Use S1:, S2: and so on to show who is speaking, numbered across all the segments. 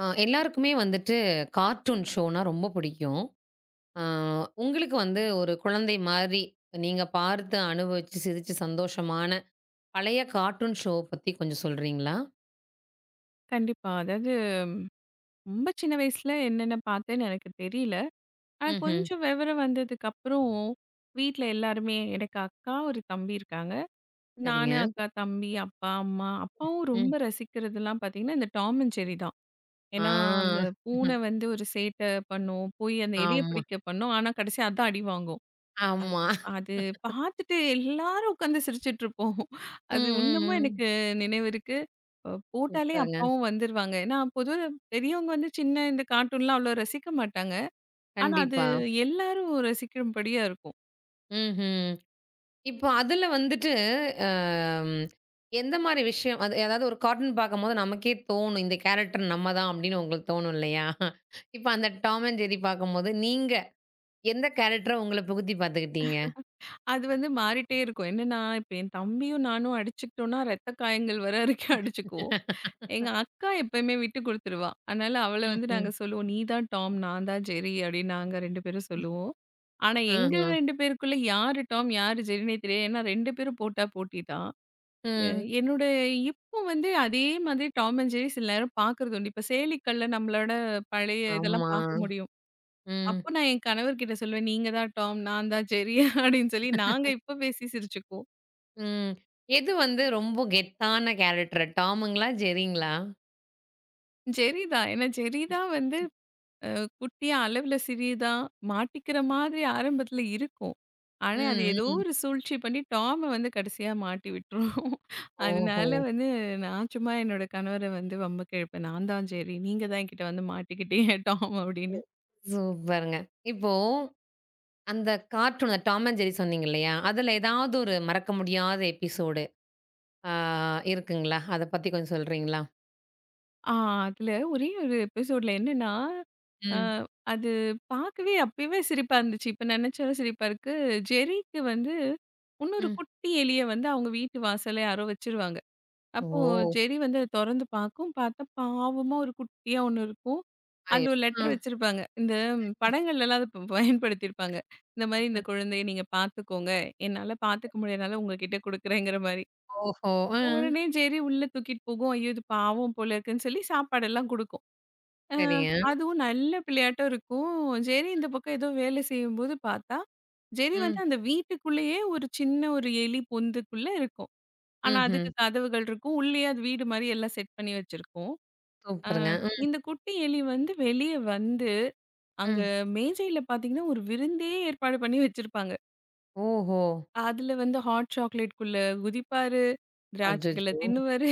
S1: எல்லாருக்குமே வந்துட்டு கார்ட்டூன் ஷோனா ரொம்ப பிடிக்கும். ஆ உங்களுக்கு வந்து ஒரு குழந்தை மாதிரி நீங்க பார்த்து அனுபவிச்சு, சிரிச்சு சந்தோஷமான பழைய கார்ட்டூன் ஷோ பத்தி கொஞ்சம் சொல்றீங்களா?
S2: கண்டிப்பா. அதாவது ம், ரொம்ப சின்ன வயசுல என்னென்ன பார்த்தேன்னு எனக்கு தெரியல. ஆனா
S1: ம்ஹ்ம்.
S2: கொஞ்சம் விவரம் வந்ததுக்கப்புறம், வீட்ல எல்லாருமே எனக்கு அக்கா, ஒரு தம்பி இருக்காங்க. நானு,
S1: சரிங்க.
S2: அக்கா, தம்பி, அப்பா, அம்மா. அப்பாவும் ரொம்ப
S1: ம்.
S2: ரசிக்கிறதெல்லாம் பார்த்தீங்கன்னா, இந்த டாம் அண்ட் ஜெர்ரி தான். ஏன்னா, அந்த
S1: ஆ.
S2: பூனை வந்து ஒரு சேட்டை பண்ணும். போய் அந்த எலிய
S1: ஆமா,
S2: பிடிக்க பண்ணும். ஆனா கடைசியா அதான் அடி வாங்கும். அது
S1: ஆமா.
S2: அது பார்த்துட்டு எல்லாரும் உட்காந்து சிரிச்சுட்டு இருப்போம்.
S1: ம்,
S2: அது
S1: ம்,
S2: இன்னமும்
S1: ம்.
S2: எனக்கு நினைவிருக்கு. போட்டாலே
S1: சூப்பருங்க.
S2: அப்பாவும் வந்துருவாங்க. ஏன்னா, பொதுவா பெரியவங்க வந்து சின்ன இந்த கார்ட்டூன்லாம் அவ்வளோ ரசிக்க மாட்டாங்க. ஆனா, அது
S1: கண்டிப்பா.
S2: எல்லாரும் ரசிக்கும்படியா இருக்கும்.
S1: ம்ஹ்ம். இப்போ அதுல வந்துட்டு, அம் எந்த மாரி விஷயம் அது அதாவது ஒரு கார்ட்டூன் பார்க்கும்போது நமக்கே தோணும். இந்த கேரக்டர் நம்ம தான் அப்படின்னு உங்களுக்கு தோணும் இல்லையா? இப்ப அந்த டாம் அண்ட் ஜெர்ரி பார்க்கும்போது, நீங்க எந்த கேரக்டர உங்கள புகுத்தி பார்த்துக்கிட்டீங்க?
S2: அது வந்து மாறிட்டே இருக்கும். என்னன்னா, இப்ப என் தம்பியும் நானும் அடிச்சுக்கிட்டோம்னா, ரத்த காயங்கள் வர வரைக்கும் அடிச்சுக்குவோம். எங்க அக்கா எப்பயுமே விட்டு குடுத்துருவா. அதனால அவள வந்து
S1: ம்ஹ்ம்.
S2: நாங்க சொல்லுவோம், "நீ தான் டாம், நான் தான் ஜெர்ரி" அப்படின்னு நாங்க 2 பேரும் சொல்லுவோம். ஆனா, எங்க
S1: ஆஹா.
S2: 2 பேருக்குள்ள யாரு டாம், யாரு ஜெர்ரின்னே தெரியாது. ஏன்னா 2 பேரும் போட்டா போட்டி தான். எ
S1: ம்.
S2: என்னோட இப்போ வந்து அதே மாதிரி டாம் அண்ட் ஜெர்ரி சில நேரம் பார்க்கறது உண்டு. இப்ப சேலிக்கல்ல நம்மளோட பழைய இதெல்லாம்
S1: ஆமா.
S2: பார்க்க முடியும்.
S1: ம்.
S2: அப்போ நான் என் கணவர்கிட்ட சொல்லுவேன், "நீங்க தான் டாம், நான் தான் ஜெர்ரி" அப்படின்னு சொல்லி நாங்க இப்போ பேசி சிரிச்சுக்குவோம்.
S1: ம். எது வந்து ரொம்ப கெத்தான கேரக்டர்? டாமுங்களா? ஜெர்ரிங்களா?
S2: ஜெர்ரி தான். ஏன்னா ஜெர்ரி தான் வந்து அ குட்டியா அளவுல சிறியதா மாட்டிக்கிற மாதிரி ஆரம்பத்துல இருக்கும். ஆனா, அது
S1: ம்.
S2: ஏதோ
S1: ம்.
S2: ஒரு சூழ்ச்சி பண்ணி டாம வந்து கடைசியா மாட்டி விட்டுரும்.
S1: ஓஹோ!
S2: அதனால வந்து நான் சும்மா என்னோட கணவர வந்து வம்புக்கு இழுப்பேன். நான் தான் "ஜெர்ரி, நீங்க தான் என்கிட்ட வந்து மாட்டிக்கிட்டீங்க டாம்" அப்படின்னு.
S1: சூப்பருங்க. இப்போ அந்த கார்ட்டூன் அந்த டாம் அண்ட் ஜெர்ரி சொன்னீங்க இல்லையா? அதுல ஏதாவது ஒரு மறக்க முடியாத எபிசோடு ஆ இருக்குங்களா? அத பத்தி கொஞ்சம் சொல்றீங்களா?
S2: ஆ அதுல ஒரே ஒரு எபிசோட்ல என்னன்னா, அ
S1: ம்.
S2: அது பார்க்கவே அப்பவே சிரிப்பா இருந்துச்சு. இப்ப நினைச்சாலும் சிரிப்பா இருக்கு. ஜெர்ரிக்கு வந்து இன்னொரு
S1: ம்.
S2: குட்டி எலிய வந்து அவங்க வீட்டு வாசல்ல யாரோ வச்சிருவாங்க. அப்போ
S1: ஓ!
S2: செடி வந்து அத தொறந்து பார்க்கும். பார்த்தா பாவமா ஒரு குட்டியா ஒண்ணு இருக்கும்.
S1: ஐயோ!
S2: அதுல ஒரு
S1: அ.
S2: லெட்டர் வச்சிருப்பாங்க. இந்த படங்கள்லலாம் அத பயன்படுத்தியிருப்பாங்க. இந்த மாரி இந்த
S1: ம்.
S2: குழந்தைய நீங்க பார்த்துக்கோங்க. என்னால பார்த்துக்க முடியாதனால உங்ககிட்ட குடுக்குறேங்கிற மாரி.
S1: ஓஹோ! அ.
S2: உடனே செடி உள்ள தூக்கிட்டு போகும். ஐயோ! இது பாவம் போல இருக்குன்னு சொல்லி சாப்பாடெல்லாம் குடுக்கும். அ
S1: சரிங்க.
S2: அதுவும் நல்ல பிள்ளையாட்டம் இருக்கும். செரி இந்த பக்கம் ஏதோ வேலை செய்யும்போது பார்த்தா, செடி வந்து
S1: ம்.
S2: அந்த வீட்டுக்குள்ளேயே ஒரு சின்ன ஒரு எலி பொந்துக்குள்ள இருக்கும். ஆனா, அதுக்கு
S1: ம்ஹ்ம்.
S2: கதவுகள் இருக்கும். உள்ளயே அது வீடு மாரி எல்லாம் செட் பண்ணி வச்சிருக்கோம். அ
S1: சூப்பருங்க. ம்.
S2: இந்த குட்டி எலி வந்து வெளிய வந்து, அங்க
S1: ம்.
S2: மேஜையில பார்த்தீங்கன்னா, ஒரு விருந்தே ஏற்பாடு பண்ணி வச்சிருப்பாங்க.
S1: ஓஹோ!
S2: அதுல வந்து ஹாட் சாக்லேட்குள்ள குதிப்பாரு, திராட்சைகள
S1: அச்சச்சோ!
S2: தின்னுவாரு.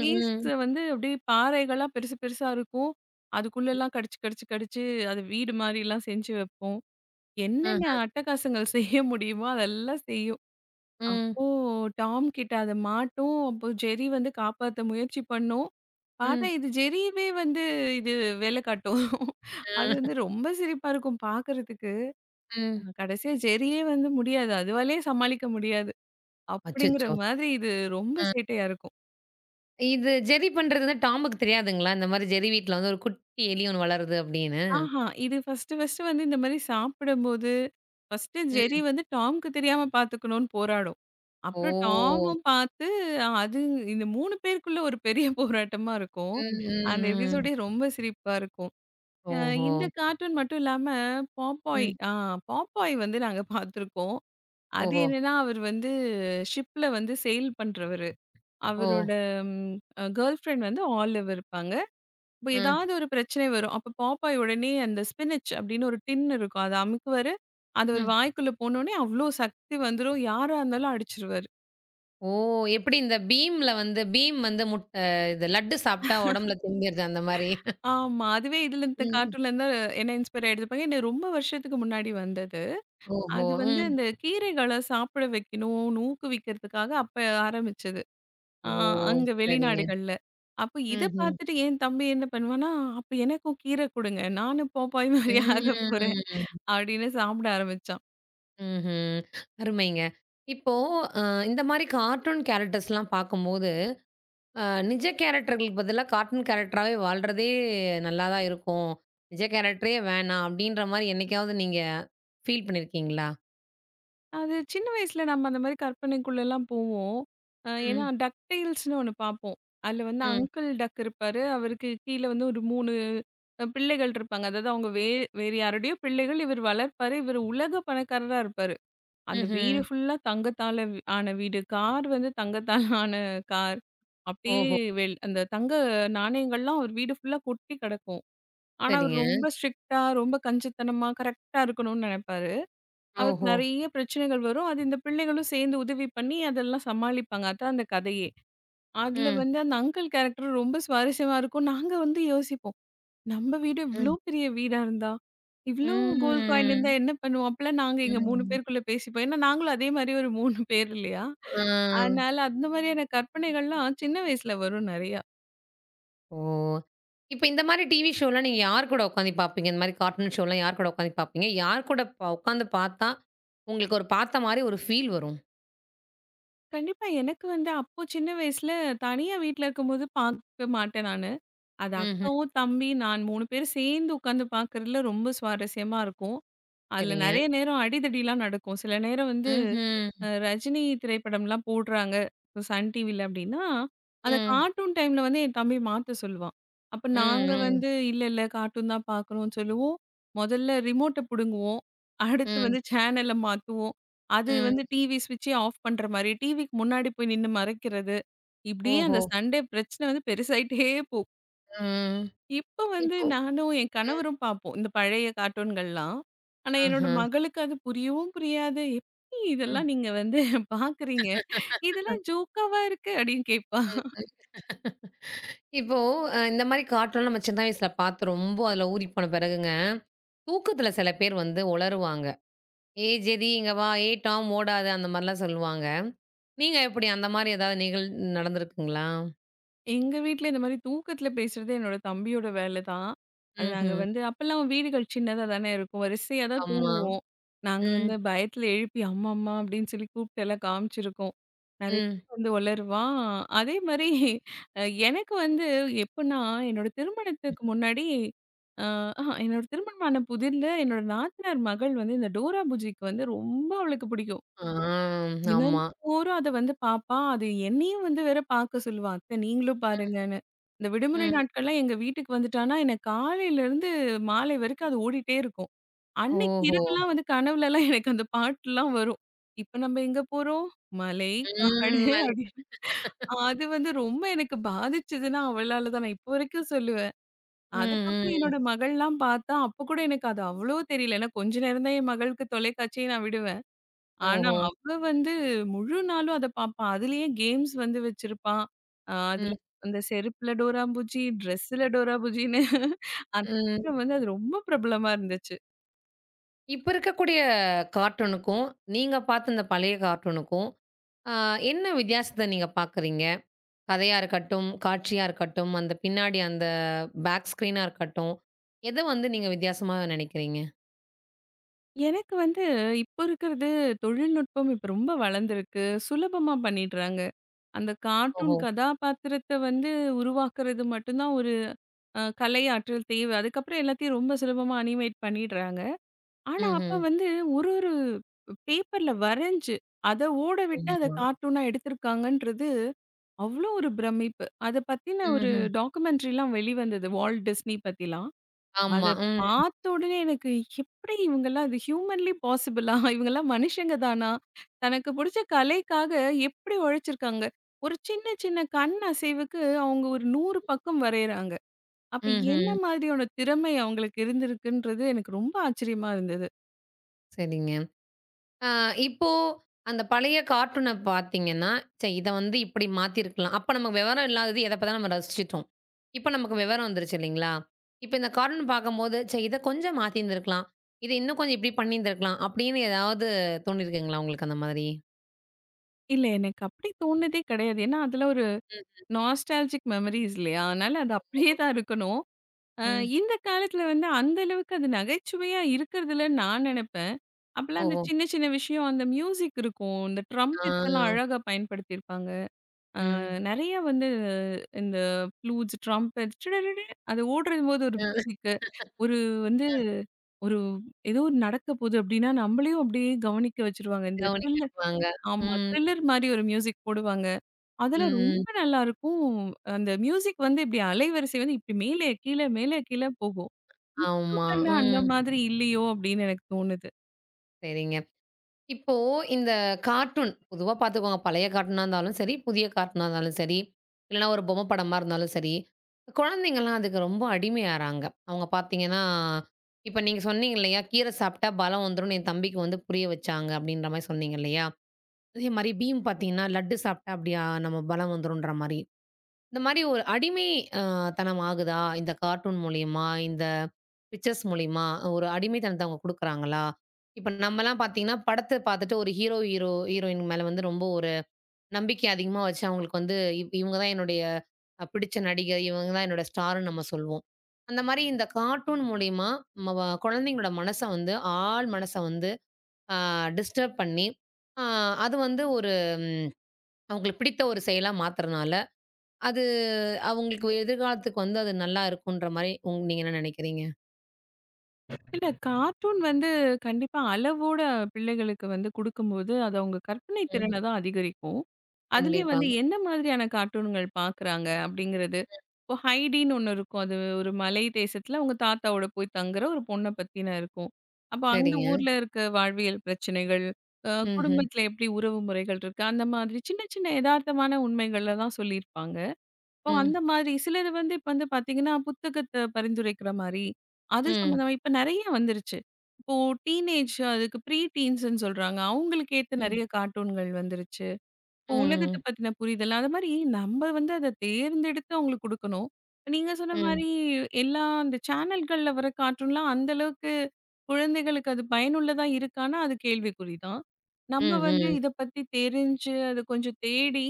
S2: பீஸ் வந்து அப்படியே பாறைகளா பெருசு பெருசா இருக்கும்.
S1: ம்.
S2: அதுக்குள்ளலாம் கடிச்சு, கடிச்சு, கடிச்சு அது வீடு மாரிலாம் செஞ்சு வைப்போம். என்னென்ன
S1: ஆஹ.
S2: அட்டகாசங்கள் செய்ய முடியுமோ அதெல்லாம் செய்யும்.
S1: ம்.
S2: அப்போ டாம் கிட்ட அத மாட்டும். அப்போ ஜெர்ரி வந்து காப்பாத்த முயற்சி பண்ணும். பார்த்தா
S1: ம்.
S2: இது ஜெர்ரியவே வந்து இது வேல காட்டும்.
S1: அ.
S2: அது வந்து ரொம்ப சிரிப்பா இருக்கும் பார்க்கறதுக்கு.
S1: ம்.
S2: கடைசியா ஜெர்ரியே வந்து முடியாது. அதுவாலயே சமாளிக்க முடியாது. அப்படிங்கிற
S1: அச்சச்சோ!
S2: மாதிரி இது ரொம்ப
S1: அ.
S2: சேட்டையா இருக்கும்.
S1: இது ஜெர்ரி பண்றது வந்து டாமுக்கு தெரியாதுங்களா? இந்த மாரி ஜெர்ரி வீட்ல வந்து ஒரு குட்டி எலி ஒண்ணு வளருது அப்படின்னு.
S2: ஆஹா. இது ஃபர்ஸ்ட்டு, ஃபர்ஸ்ட்டு வந்து இந்த மாரி சாப்பிடும்போது, ஃபர்ஸ்ட்டு ஜெர்ரி
S1: ம்.
S2: வந்து டாம்க்கு தெரியாம பார்த்துக்கணும்னு போராடும். அப்புறம்
S1: ஓ!
S2: டாமும் பார்த்து, அது இந்த 3 பேருக்குள்ள ஒரு பெரிய போராட்டமா இருக்கும்.
S1: ம்,
S2: அந்த
S1: ம், ம்.
S2: எபிசோடே ரொம்ப சிரிப்பா இருக்கும். அ
S1: ஓஹோ!
S2: இந்த கார்ட்டூன் மட்டும் இல்லாம, பாப்பாய்
S1: ம்.
S2: ஆ பாப்பாய் வந்து நாங்க பார்த்துருக்கோம். அது
S1: ஓஹோ!
S2: என்னன்னா, அவர் வந்து ஷிப்ல வந்து செயில் பண்றவரு.
S1: ஓ!
S2: அவரோட ம் அ கேர்ள் ஃபிரெண்ட் வந்து ஆலிவ் இருப்பாங்க. இப்ப
S1: ம்,
S2: ஏதாவது ஒரு பிரச்சனை வரும். அப்ப பாப்பாய் உடனே அந்த ஸ்பினச் அப்படின்னு ஒரு டின் இருக்கும். அத அமுக்குவாரு. அது அவரு
S1: ம்.
S2: வாய்க்குள்ள போனோனே அவ்ளோ சக்தி வந்துரும். யாரா இருந்தாலும் அடிச்சுருவாரு.
S1: ஓ! எப்படி இந்த பீம்ல வந்து பீம் வந்து முட்ட இது லட்டு சாப்பிட்டா உடம்புல திரும்பிருது அந்த மாரி.
S2: ஆமா. அதுவே இதுல இந்த
S1: ம்.
S2: கார்ட்டூன்ல இருந்தா என்ன இன்ஸ்பயர் ஆயிடுப்பாங்க. என்ன ரொம்ப வருஷத்துக்கு முன்னாடி வந்தது.
S1: ஓஹோ!
S2: அது வந்து
S1: ம்.
S2: இந்த கீரைகள சாப்பிட வைக்கணும்னு ஊக்குவிக்கிறதுக்காக அப்ப ஆரம்பிச்சது. ஆ
S1: ஓ!
S2: அங்க
S1: சரிங்க.
S2: வெளிநாடுகள்ல. அப்ப இத
S1: ம்ஹ்ம்.
S2: பார்த்துட்டு என் தம்பி என்ன பண்ணுவான்னா, "அப்ப எனக்கும் கீரை குடுங்க. நானும் பாப்பாய் மாரி ஆகப் போறேன்"
S1: ம்.
S2: அப்படின்னு சாப்பிட ஆரம்பிச்சான்.
S1: ம்ஹ்ம். அருமைங்க. இப்போ அ இந்த மாரி கார்ட்டூன் கேரக்டர்ஸ்லாம் பார்க்கும்போது, அ நிஜ கேரக்டர்களுக்கு பதிலா கார்ட்டூன் கேரக்டராவே வாழ்றதே நல்லா தான் இருக்கும். நிஜ கேரக்டரே வேணாம் அப்படின்ற மாரி என்னைக்காவது நீங்க ஃபீல் பண்ணியிருக்கீங்களா?
S2: அது சின்ன வயசுல நம்ம அந்த மாரி கற்பனைக்குள்ளலாம் போவோம். ஏன்னா
S1: ம்,
S2: டக்டெயில்ஸ்ன்னு ஒண்ணு பார்ப்போம். அதுல வந்து
S1: ம்,
S2: அங்கிள் டக் இருப்பாரு. அவருக்கு கீழ வந்து ஒரு 3 பிள்ளைகள் இருப்பாங்க. அதாவது அவங்க வே வேறு யாருடையோ பிள்ளைகள். இவர் வளர்ப்பாரு. இவர் உலக பணக்காரரா இருப்பாரு. அந்த வீடு
S1: ம்ஹ்ம்.
S2: ஃபுல்லா தங்கத்தால வி ஆன வீடு. கார் வந்து தங்கத்தால ஆன கார். அப்படியே
S1: ஓஹோ!
S2: அந்த தங்க நாணயங்கள்லாம் அவர் வீடு ஃபுல்லா கொட்டி கிடக்கும். ஆனா, அவர்
S1: சரிங்க.
S2: ரொம்ப ஸ்ட்ரிக்ட்டா, ரொம்ப கஞ்சத்தனமா, கரெக்ட்டா இருக்கணும்னு நெனைப்பாரு. அவருக்கு
S1: ஓஹோ!
S2: நெறைய பிரச்சனைகள் வரும். அது இந்த பிள்ளைகளும் சேர்ந்து உதவி பண்ணி அதெல்லாம் சமாளிப்பாங்க. அதான் அந்த கதையே. அதுல
S1: ம்,
S2: வந்து அந்த அங்கிள் கேரக்டர் ரொம்ப சுவாரஸ்யமா இருக்கும். நாங்க வந்து யோசிப்போம். நம்ம வீடு இவ்ளோ
S1: ம்,
S2: பெரிய வீடா இருந்தா, இவ்ளோ கோல்ட் காயின் இருந்தா
S1: ம்,
S2: என்ன பண்ணுவோம்? அப்பலாம் நாங்க எங்க 3
S1: ம்.
S2: பேருக்குள்ள பேசிப்போம். ஏன்னா நாங்களும் அதே மாரி ஒரு 3 பேர் இல்லையா?
S1: ஆ.
S2: அதனால அந்த மாதிரியான கற்பனைகள்லாம் சின்ன வயசுல வரும் நெறையா.
S1: ஓ! இப்ப இந்த மாரி டிவி ஷோலாம் நீங்க யார் கூட உட்காந்து பார்ப்பீங்க? இந்த மாரி கார்ட்டூன் ஷோலாம் யார் கூட உட்காந்து பார்ப்பீங்க? யார் கூட உட்காந்து பார்த்தா, உங்களுக்கு ஒரு பார்த்த மாரி ஒரு ஃபீல் வரும்?
S2: கண்டிப்பா எனக்கு வந்து அப்போ சின்ன வயசுல தனியா வீட்ல இருக்கும்போது பார்க்க மாட்டேன் நானு. அது
S1: ம்ஹ்ம்.
S2: அக்காவும், தம்பி, நான் 3 பேரும் சேர்ந்து உட்காந்து பார்க்கறதுல ரொம்ப சுவாரஸ்யமா இருக்கும். அதுல
S1: சரிங்க.
S2: நெறைய நேரம் அடிதடிலாம் நடக்கும். சில நேரம் வந்து
S1: ம்ஹ்ம்.
S2: ரஜினி திரைப்படம்லாம் போடுறாங்க. இப்ப சன் டிவில அப்படின்னா, அந்த
S1: ம்,
S2: கார்ட்டூன் டைம்ல வந்து என் தம்பி மாத்த சொல்லுவான். அப்ப
S1: ம்,
S2: நாங்க
S1: ம்,
S2: வந்து இல்ல, இல்ல கார்ட்டூன் தான் பார்க்கணும்னு சொல்லுவோம். முதல்ல ரிமோட்ட புடுங்குவோம். அடுத்து
S1: ம்,
S2: வந்து சேனல மாத்துவோம். அது
S1: ம்.
S2: வந்து டிவி ஸ்விட்சே ஆஃப் பண்ற மாரி, டிவிக்கு முன்னாடி போய் நின்னு மறைக்கிறது. இப்படியே அந்த
S1: ஓஹோ!
S2: சண்டே பிரச்சனை வந்து பெருசாயிட்டே போகும்.
S1: ம்.
S2: இப்ப வந்து
S1: இப்போ
S2: நானும், என்
S1: ம்.
S2: கணவரும் பார்ப்போம். இந்த பழைய கார்ட்டூன்கள்லாம். ஆனா, என்னோட
S1: ஆஹ.
S2: மகளுக்கு அது புரியவும் புரியாது. "எப்டி
S1: ம்.
S2: இதெல்லாம் நீங்க வந்து பார்க்குறீங்க? இதெல்லாம் ஜோக்காவா இருக்கு" அப்டின்னு கேட்பா.
S1: இப்போ இந்த மாரி கார்ட்டூன்லாம் நம்ம சின்ன வயசுல பார்த்து ரொம்ப அதுல ஊறி போன பிறகுங்க தூக்கத்துல சில பேர் வந்து உளறுவாங்க. "ஏய் ஜெரி இங்க வா, ஏய் டாம் ஓடாத" அந்த மாரிலாம் சொல்லுவாங்க. நீங்க எப்படி அந்த மாரி ஏதாவது நடந்திருக்குங்களா?
S2: எங்க வீட்ல இந்த மாரி தூக்கத்துல பேசுறது என்னோட தம்பியோட வேலை தான். அது நாங்க
S1: ம்ஹ்ம்.
S2: வந்து அப்பல்லாம் வீடுகள் சின்னதா தானே இருக்கும். வரிசையா தான்
S1: ஆமா.
S2: தூங்குவோம். நாங்க
S1: ம்.
S2: வந்து பயத்துல எழுப்பி அம்மா, அம்மா அப்படின்னு சொல்லி கூப்பிட்டு எல்லாம் காமிச்சிருக்கோம். நெறைய
S1: ம்.
S2: வந்து ஒளருவான். அதே மாரி அ எனக்கு வந்து எப்பன்னா, என்னோட திருமணத்துக்கு முன்னாடி அ ஆஹா என்னோட திருமணமான புதிர்ல என்னோட நாத்தனார் மகள் வந்து இந்த டோரா புஜிக்கு வந்து ரொம்ப அவளுக்கு பிடிக்கும்.
S1: ஆ. ஆமா.
S2: தினந்தோறும் அத வந்து பாப்பா. அது என்னையும் வந்து வேற பார்க்க சொல்லுவா. அத்த நீங்களும்
S1: ம்.
S2: பாருங்கன்னு. இந்த விடுமுறை
S1: ம்.
S2: நாட்கள்லாம் எங்க வீட்டுக்கு வந்துட்டான்னா, எனக்கு காலையிலருந்து மாலை வரைக்கும் அது ஓடிட்டே இருக்கும். அன்னைக்கு
S1: ஓஹோ!
S2: இரவுலாம் வந்து கனவுலலாம் எனக்கு அந்த பாட்டுலாம் வரும். இப்ப நம்ம எங்க போறோம்? மலை, காடு
S1: ம்.
S2: அப்படின்னு. அது வந்து ரொம்ப எனக்கு பாதிச்சதுன்னா அவளால தான். நான் இப்போ வரைக்கும் சொல்லுவேன்.
S1: ம்.
S2: அதுக்கப்புறம் என்னோட
S1: ம்.
S2: மகள்லாம் பார்த்தா, அப்ப கூட எனக்கு அது அவ்வளோ தெரியல. ஏன்னா கொஞ்ச நேரம் தான் என் மகளுக்கு தொலைக்காட்சியே நான் விடுவேன். ஆனா,
S1: ஓஹோ!
S2: அவ வந்து முழு நாளும் அத பாப்பா. அதுலயே கேம்ஸ் வந்து வச்சிருப்பா. அதுல
S1: ம்.
S2: அந்த செருப்புல டோராபூஜ்ஜி, ட்ரெஸ்ஸுல டோராபூஜ்ஜின்னு அந்த
S1: ம்.
S2: நேரம் வந்து அது ரொம்ப பிரபலமா இருந்துச்சு.
S1: இப்ப இருக்கக்கூடிய கார்ட்டூனுக்கும், நீங்க பார்த்த இந்த பழைய கார்ட்டூனுக்கும், அ என்ன வித்தியாசத்த நீங்க பார்க்குறீங்க? கதையா இருக்கட்டும், காட்சியா இருக்கட்டும், அந்த பின்னாடி அந்த பேக் ஸ்க்ரீனா இருக்கட்டும், எத வந்து நீங்க வித்தியாசமா நினைக்கிறீங்க?
S2: எனக்கு வந்து இப்போ இருக்கிறது தொழில்நுட்பம் இப்ப ரொம்ப வளர்ந்திருக்கு. சுலபமா பண்ணிடுறாங்க. அந்த கார்ட்டூன்
S1: ஓஹோ!
S2: கதாபாத்திரத்த வந்து உருவாக்குறது மட்டும் தான் ஒரு கலை ஆற்றல் தேவை. அதுக்கப்புறம் எல்லாத்தையும் ரொம்ப சுலபமா அனிமேட் பண்ணிடுறாங்க. ஆனா,
S1: ம்ஹ்ம்.
S2: அப்ப வந்து ஒரு ஒரு பேப்பர்ல வரைஞ்சு, அத ஓட விட்டு அத
S1: ஆமா.
S2: கார்ட்டூனா எடுத்திருக்காங்கன்றது, அவ்ளோ ஒரு பிரமிப்பு. அத பத்தின ஒரு
S1: ம்ஹ்ம்.
S2: டாக்குமெண்ட்ரிலாம் வெளிவந்தது. வால்ட் டிஸ்னி பத்திலாம். அத
S1: ஆமா. ம்.
S2: பார்த்த உடனே எனக்கு எப்படி இவங்கலாம் அது ஹியூமன்லி பாசிபிளா? இவங்கலாம் மனுஷங்க தானா? தனக்கு புடிச்ச கலைக்காக எப்படி உழைச்சிருக்காங்க? ஒரு சின்ன சின்ன கண் அசைவுக்கு அவங்க ஒரு 100 பக்கம் வரையறாங்க. அப்ப என்ன
S1: ம்ஹ்ம்.
S2: மாதிரியான திறமை அவங்களுக்கு இருந்திருக்குன்றது எனக்கு ரொம்ப ஆச்சரியமா இருந்தது.
S1: சரிங்க. ஆ இப்போ அந்த பழைய கார்ட்டூன பார்த்தீங்கன்னா, சரி இத வந்து இப்படி மாத்தியிருக்கலாம். அப்ப நமக்கு விவரம் இல்லாதது எத பார்த்தாலும் நம்ம ரசிச்சுட்டோம். இப்ப நமக்கு விவரம் வந்துருச்சு இல்லைங்களா? இப்ப இந்த கார்ட்டூன் பார்க்கும்போது, சரி இத கொஞ்சம் மாத்தியிருந்திருக்கலாம். இத இன்னும் கொஞ்சம் இப்படி பண்ணியிருந்திருக்கலாம். அப்படின்னு ஏதாவது தோணியிருக்குங்களா உங்களுக்கு அந்த மாதிரி?
S2: இல்ல எனக்கு அப்படி தோணுனதே கிடையாது. ஏன்னா, அதுல ஒரு
S1: ம்.
S2: நாஸ்டால்ஜிக் மெமரிஸ் இல்லையா? அதனால அது அப்படியே தான் இருக்கணும். அ
S1: ம்.
S2: இந்த காலத்துல வந்து அந்த அளவுக்கு அது நகைச்சுவையா இருக்கிறதில்லன்னு நான் நெனப்பேன். அப்பலாம் அந்த
S1: ஓஹோ!
S2: சின்ன சின்ன விஷயம் அந்த மியூசிக் இருக்கும். இந்த ட்ரம்பெட்ஸ் எல்லாம்
S1: ஆ,
S2: அழகா பயன்படுத்தியிருப்பாங்க.
S1: ம்.
S2: நெறைய வந்து இந்த ப்ளூட்ஸ், ட்ரம்பெட் அது ஓடும்போது ஒரு
S1: ம்.
S2: மியூசிக்கு, ஒரு வந்து ஒரு ஏதோ ஒரு நடக்க போகுது அப்படின்னா, நம்மளையும் அப்படியே கவனிக்க வச்சுருவாங்க. இந்த த்ரில்லர்
S1: கவனிக்கப்பாங்க.
S2: ஆமா
S1: ம்,
S2: த்ரில்லர் மாரி ஒரு மியூசிக் போடுவாங்க. அதுல
S1: ம்.
S2: ரொம்ப நல்லாருக்கும். அந்த மியூசிக் வந்து இப்டி அலைவரிசை வந்து இப்டி மேலே கீழ, மேலே கீழ போகும். இப்ப
S1: ஆமா.
S2: பண்ண அந்த
S1: ம்.
S2: மாதிரி இல்லையோ! அப்டின்னு எனக்கு தோணுது.
S1: சரிங்க. இப்போ இந்த கார்ட்டூன் பொதுவா பார்த்துக்கோங்க. பழைய கார்ட்டூனா இருந்தாலும் சரி, புதிய கார்ட்டூனா இருந்தாலும் சரி, இல்லன்னா ஒரு பொம்மை படமா இருந்தாலும் சரி, குழந்தைங்கலாம் அதுக்கு ரொம்ப அடிமையாறாங்க. அவங்க பார்த்தீங்கன்னா, இப்ப நீங்க சொன்னீங்க இல்லையா? "கீரை சாப்பிட்டா பலம் வந்துரும்னு" என் தம்பிக்கு வந்து புரிய வச்சாங்க. அப்படின்ற மாரி சொன்னீங்க இல்லையா? அதே மாரி பீம் பார்த்தீங்கன்னா, "லட்டு சாப்பிட்டா அப்படியா நம்ம பலம் வந்துரும்ன்ற" மாரி. இந்த மாரி ஒரு அடிமை அ தனம் ஆகுதா? இந்த கார்ட்டூன் மூலியமா, இந்த பிக்சர்ஸ் மூலியமா, ஒரு அடிமைத்தனத்த அவங்க குடுக்குறாங்களா? இப்ப நம்மலாம் பார்த்தீங்கன்னா, படத்த பார்த்துட்டு ஒரு ஹீரோ, ஹீரோ ஹீரோயின் மேல வந்து ரொம்ப ஒரு நம்பிக்கை அதிகமா வச்சு அவங்களுக்கு வந்து இவங்க தான் என்னுடைய பிடிச்ச நடிகை, இவங்க தான் என்னோட ஸ்டார்ன்னு நம்ம சொல்வோம். அந்த மாரி இந்த கார்ட்டூன் மூலியமா மவ குழந்தைங்களோட மனச வந்து, ஆள் மனச வந்து அ டிஸ்டர்ப் பண்ணி, அ அது வந்து ஒரு ம் அவங்களுக்கு பிடித்த ஒரு செயலா மாத்துறனால அது அவங்களுக்கு எதிர்காலத்துக்கு வந்து அது நல்லா இருக்குன்ற மாரி நீங்க என்ன நெனைக்கிறீங்க?
S2: இல்ல கார்ட்டூன் வந்து கண்டிப்பா அளவோட பிள்ளைகளுக்கு வந்து குடுக்கும்போது, அது அவங்க கற்பனை
S1: ம்.
S2: திறன தான் அதிகரிக்கும். அதுலயும்
S1: கண்டிப்பா.
S2: வந்து என்ன மாதிரியான கார்ட்டூன்கள் பார்க்குறாங்க அப்படிங்கிறது. இப்போ ஹைடின்னு ஒண்ணு இருக்கும். அது ஒரு மலை தேசத்துல அவங்க தாத்தாவோட போய் தங்குற ஒரு பொண்ண பத்தின இருக்கும். அப்ப அந்த
S1: சரிங்க.
S2: ஊர்ல இருக்க வாழ்வியல் பிரச்சனைகள், அ
S1: ம்ஹ்ம்.
S2: குடும்பத்துல எப்படி உறவு முறைகள் இருக்கு, அந்த மாதிரி சின்ன சின்ன எதார்த்தமான உண்மைகள தான் சொல்லியிருப்பாங்க. இப்போ அந்த
S1: ம்.
S2: மாதிரி சிலது வந்து இப்ப வந்து பார்த்தீங்கன்னா, புத்தகத்த பரிந்துரைக்கிற மாரி, அது
S1: ம்.
S2: சம்மந்தமா இப்ப நெறைய வந்துருச்சு. இப்போ டீனேஜ் அதுக்கு ப்ரீ டீன்ஸ்ன்னு சொல்றாங்க. அவங்களுக்கு ஏத்த
S1: ம்.
S2: நெறைய கார்ட்டூன்கள் வந்துருச்சு. உலகத்த
S1: ம்.
S2: பத்தின புரிதல். அது மாரி நம்ம வந்து அத தேர்ந்தெடுத்து அவங்களுக்கு குடுக்கணும். நீங்க சொன்ன
S1: ம்.
S2: மாரி எல்லா அந்த சேனல்கள்ல வர கார்ட்டூன்லாம் அந்த அளவுக்கு குழந்தைகளுக்கு அது பயனுள்ளதா இருக்கான்னா, அது கேள்விக்குறி தான்.
S1: ம்.
S2: நம்ம வந்து
S1: ம்.
S2: இத பத்தி தெரிஞ்சு, அது கொஞ்சம் தேடி,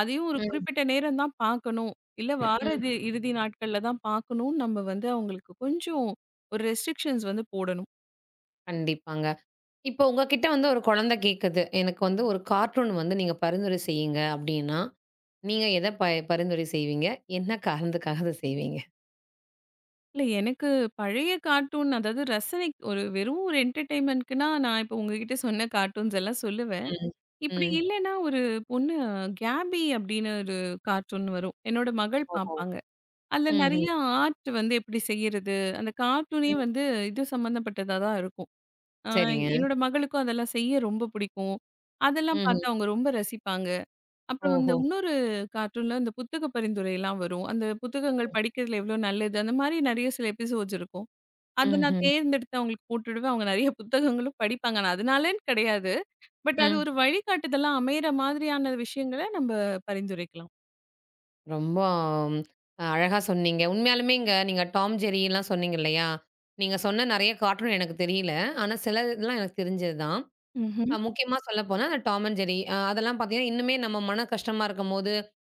S2: அதையும் ஒரு
S1: ம்.
S2: குறிப்பிட்ட நேரம் தான் பார்க்கணும். இல்ல வார
S1: ம்.
S2: இது இறுதி நாட்கள்ல தான் பார்க்கணும்னு நம்ம வந்து அவங்களுக்கு கொஞ்சம் ஒரு ரெஸ்ட்ரிக்ஷன்ஸ் வந்து போடணும்.
S1: கண்டிப்பாங்க. இப்போ உங்க கிட்ட வந்து ஒரு குழந்தை கேட்குது. எனக்கு வந்து ஒரு கார்ட்டூன் வந்து நீங்க பரிந்துரை செய்யுங்க அப்டின்னா, நீங்க எத பரிந்துரை செய்வீங்க? என்ன காரணத்துக்காக அத செய்வீங்க?
S2: இல்ல எனக்கு பழைய கார்ட்டூன் அதாவது ரசனை ஒரு வெறும் ஒரு என்டர்டெயின்மென்ட்க்குன்னா, நான் இப்போ உங்ககிட்ட சொன்ன கார்ட்டூன்ஸ் எல்லாம் சொல்லுவேன்.
S1: ம்.
S2: இப்படி
S1: ம்.
S2: இல்லன்னா, ஒரு பொண்ணு கேபி அப்படின்னு ஒரு கார்ட்டூன் வரும். என்னோட மகள்
S1: ஓஹோ!
S2: பார்ப்பாங்க. அதுல நெறைய
S1: ம்ஹ்ம்.
S2: ஆர்ட் வந்து எப்படி செய்யறது? அந்த கார்ட்டூனே
S1: ம்.
S2: வந்து இது சம்மந்தப்பட்டதா தான் இருக்கும். அ
S1: சரிங்க.
S2: என்னோட மகளுக்கும் அதெல்லாம் செய்ய ரொம்ப பிடிக்கும். அதெல்லாம்
S1: ம்ஹ்ம்.
S2: பார்த்து அவங்க ரொம்ப ரசிப்பாங்க. அப்புறம் அந்த
S1: ஓஹோ!
S2: இன்னொரு கார்ட்டூன்ல இந்த புத்தக பரிந்துரைலாம் வரும். அந்த புத்தகங்கள் படிக்கிறதுல எவ்வளோ நல்லது? அந்த மாரி நெறைய சில எபிசோட்ஸ் இருக்கும். அத நான்
S1: ம்ஹ்ம்.
S2: தேர்ந்தெடுத்து அவங்களுக்கு போட்டுடுவேன். அவங்க நெறைய புத்தகங்களும் படிப்பாங்க. நான் அதனாலன்னு கிடையாது. பட் அது
S1: ம்.
S2: ஒரு வழிகாட்டுதலா அமையிற மாதிரியான விஷயங்கள நம்ம பரிந்துரைக்கலாம்.
S1: ரொம்ப ஆம், அழகா சொன்னீங்க. உண்மையாலுமே இங்க நீங்க டாம், ஜெர்ரிலாம் சொன்னீங்க இல்லையா? நீங்க சொன்ன நெறைய கார்ட்டூன் எனக்கு தெரியல. ஆனா சிலதுலாம் எனக்கு தெரிஞ்சது தான்.
S2: ம்ஹ்ம்.
S1: முக்கியமா சொல்லப்போனா அந்த டாம் அண்ட் ஜெர்ரி அதெல்லாம் பார்த்தீங்கன்னா, இன்னுமே நம்ம மன கஷ்டமா இருக்கும்போது,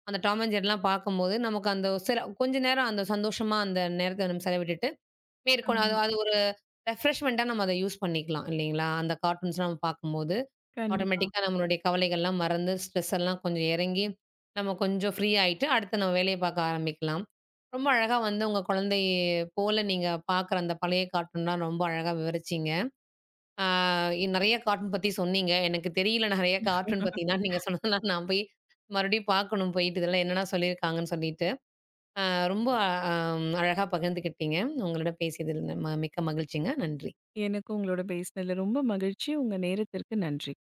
S1: அந்த டாம் அண்ட் ஜெர்ரிலாம் பார்க்கும்போது, நமக்கு அந்த சில கொஞ்ச நேரம் அந்த சந்தோஷமா அந்த நேரத்த நம்ம செலவிட்டுட்டு, மேற்கொண்டு அது
S2: ஆமா.
S1: அது ஒரு ரெஃப்ரெஷ்மெண்ட்டா நம்ம அத யூஸ் பண்ணிக்கலாம் இல்லைங்களா? அந்த கார்ட்டூன்ஸ்லாம் நம்ம பார்க்கும்போது,
S2: கண்டிப்பா. ஆ.
S1: ஆட்டோமேட்டிக்கா நம்மளுடைய கவலைகள்லாம் மறந்து, ஸ்ட்ரெஸ் எல்லாம் கொஞ்சம் இறங்கி, நம்ம கொஞ்சம் ஃப்ரீ ஆயிட்டு, அடுத்து நம்ம வேலைய பார்க்க ஆரம்பிக்கலாம். ரொம்ப அழகா வந்து உங்க குழந்தை போல நீங்க பார்க்குற அந்த பழைய கார்ட்டூன்லாம் ரொம்ப அழகா விவரிச்சீங்க. ஆ நெறைய கார்ட்டூன் பத்தி சொன்னீங்க. எனக்கு தெரியல நெறைய கார்ட்டூன் பத்திலாம். நீங்க சொன்னதெல்லாம் நான் போய் மறுபடியும் பார்க்கணும் போயிட்டு, இதெல்லாம் என்னென்ன சொல்லியிருக்காங்கன்னு சொல்லிட்டு. அ ரொம்ப அ அழகா பகிர்ந்துக்கிட்டீங்க. உங்களோட பேசியதில் மிக்க மகிழ்ச்சிங்க. நன்றி.
S2: எனக்கு உங்களோட பேசினதுல ரொம்ப மகிழ்ச்சி. உங்க நேரத்திற்கு நன்றி.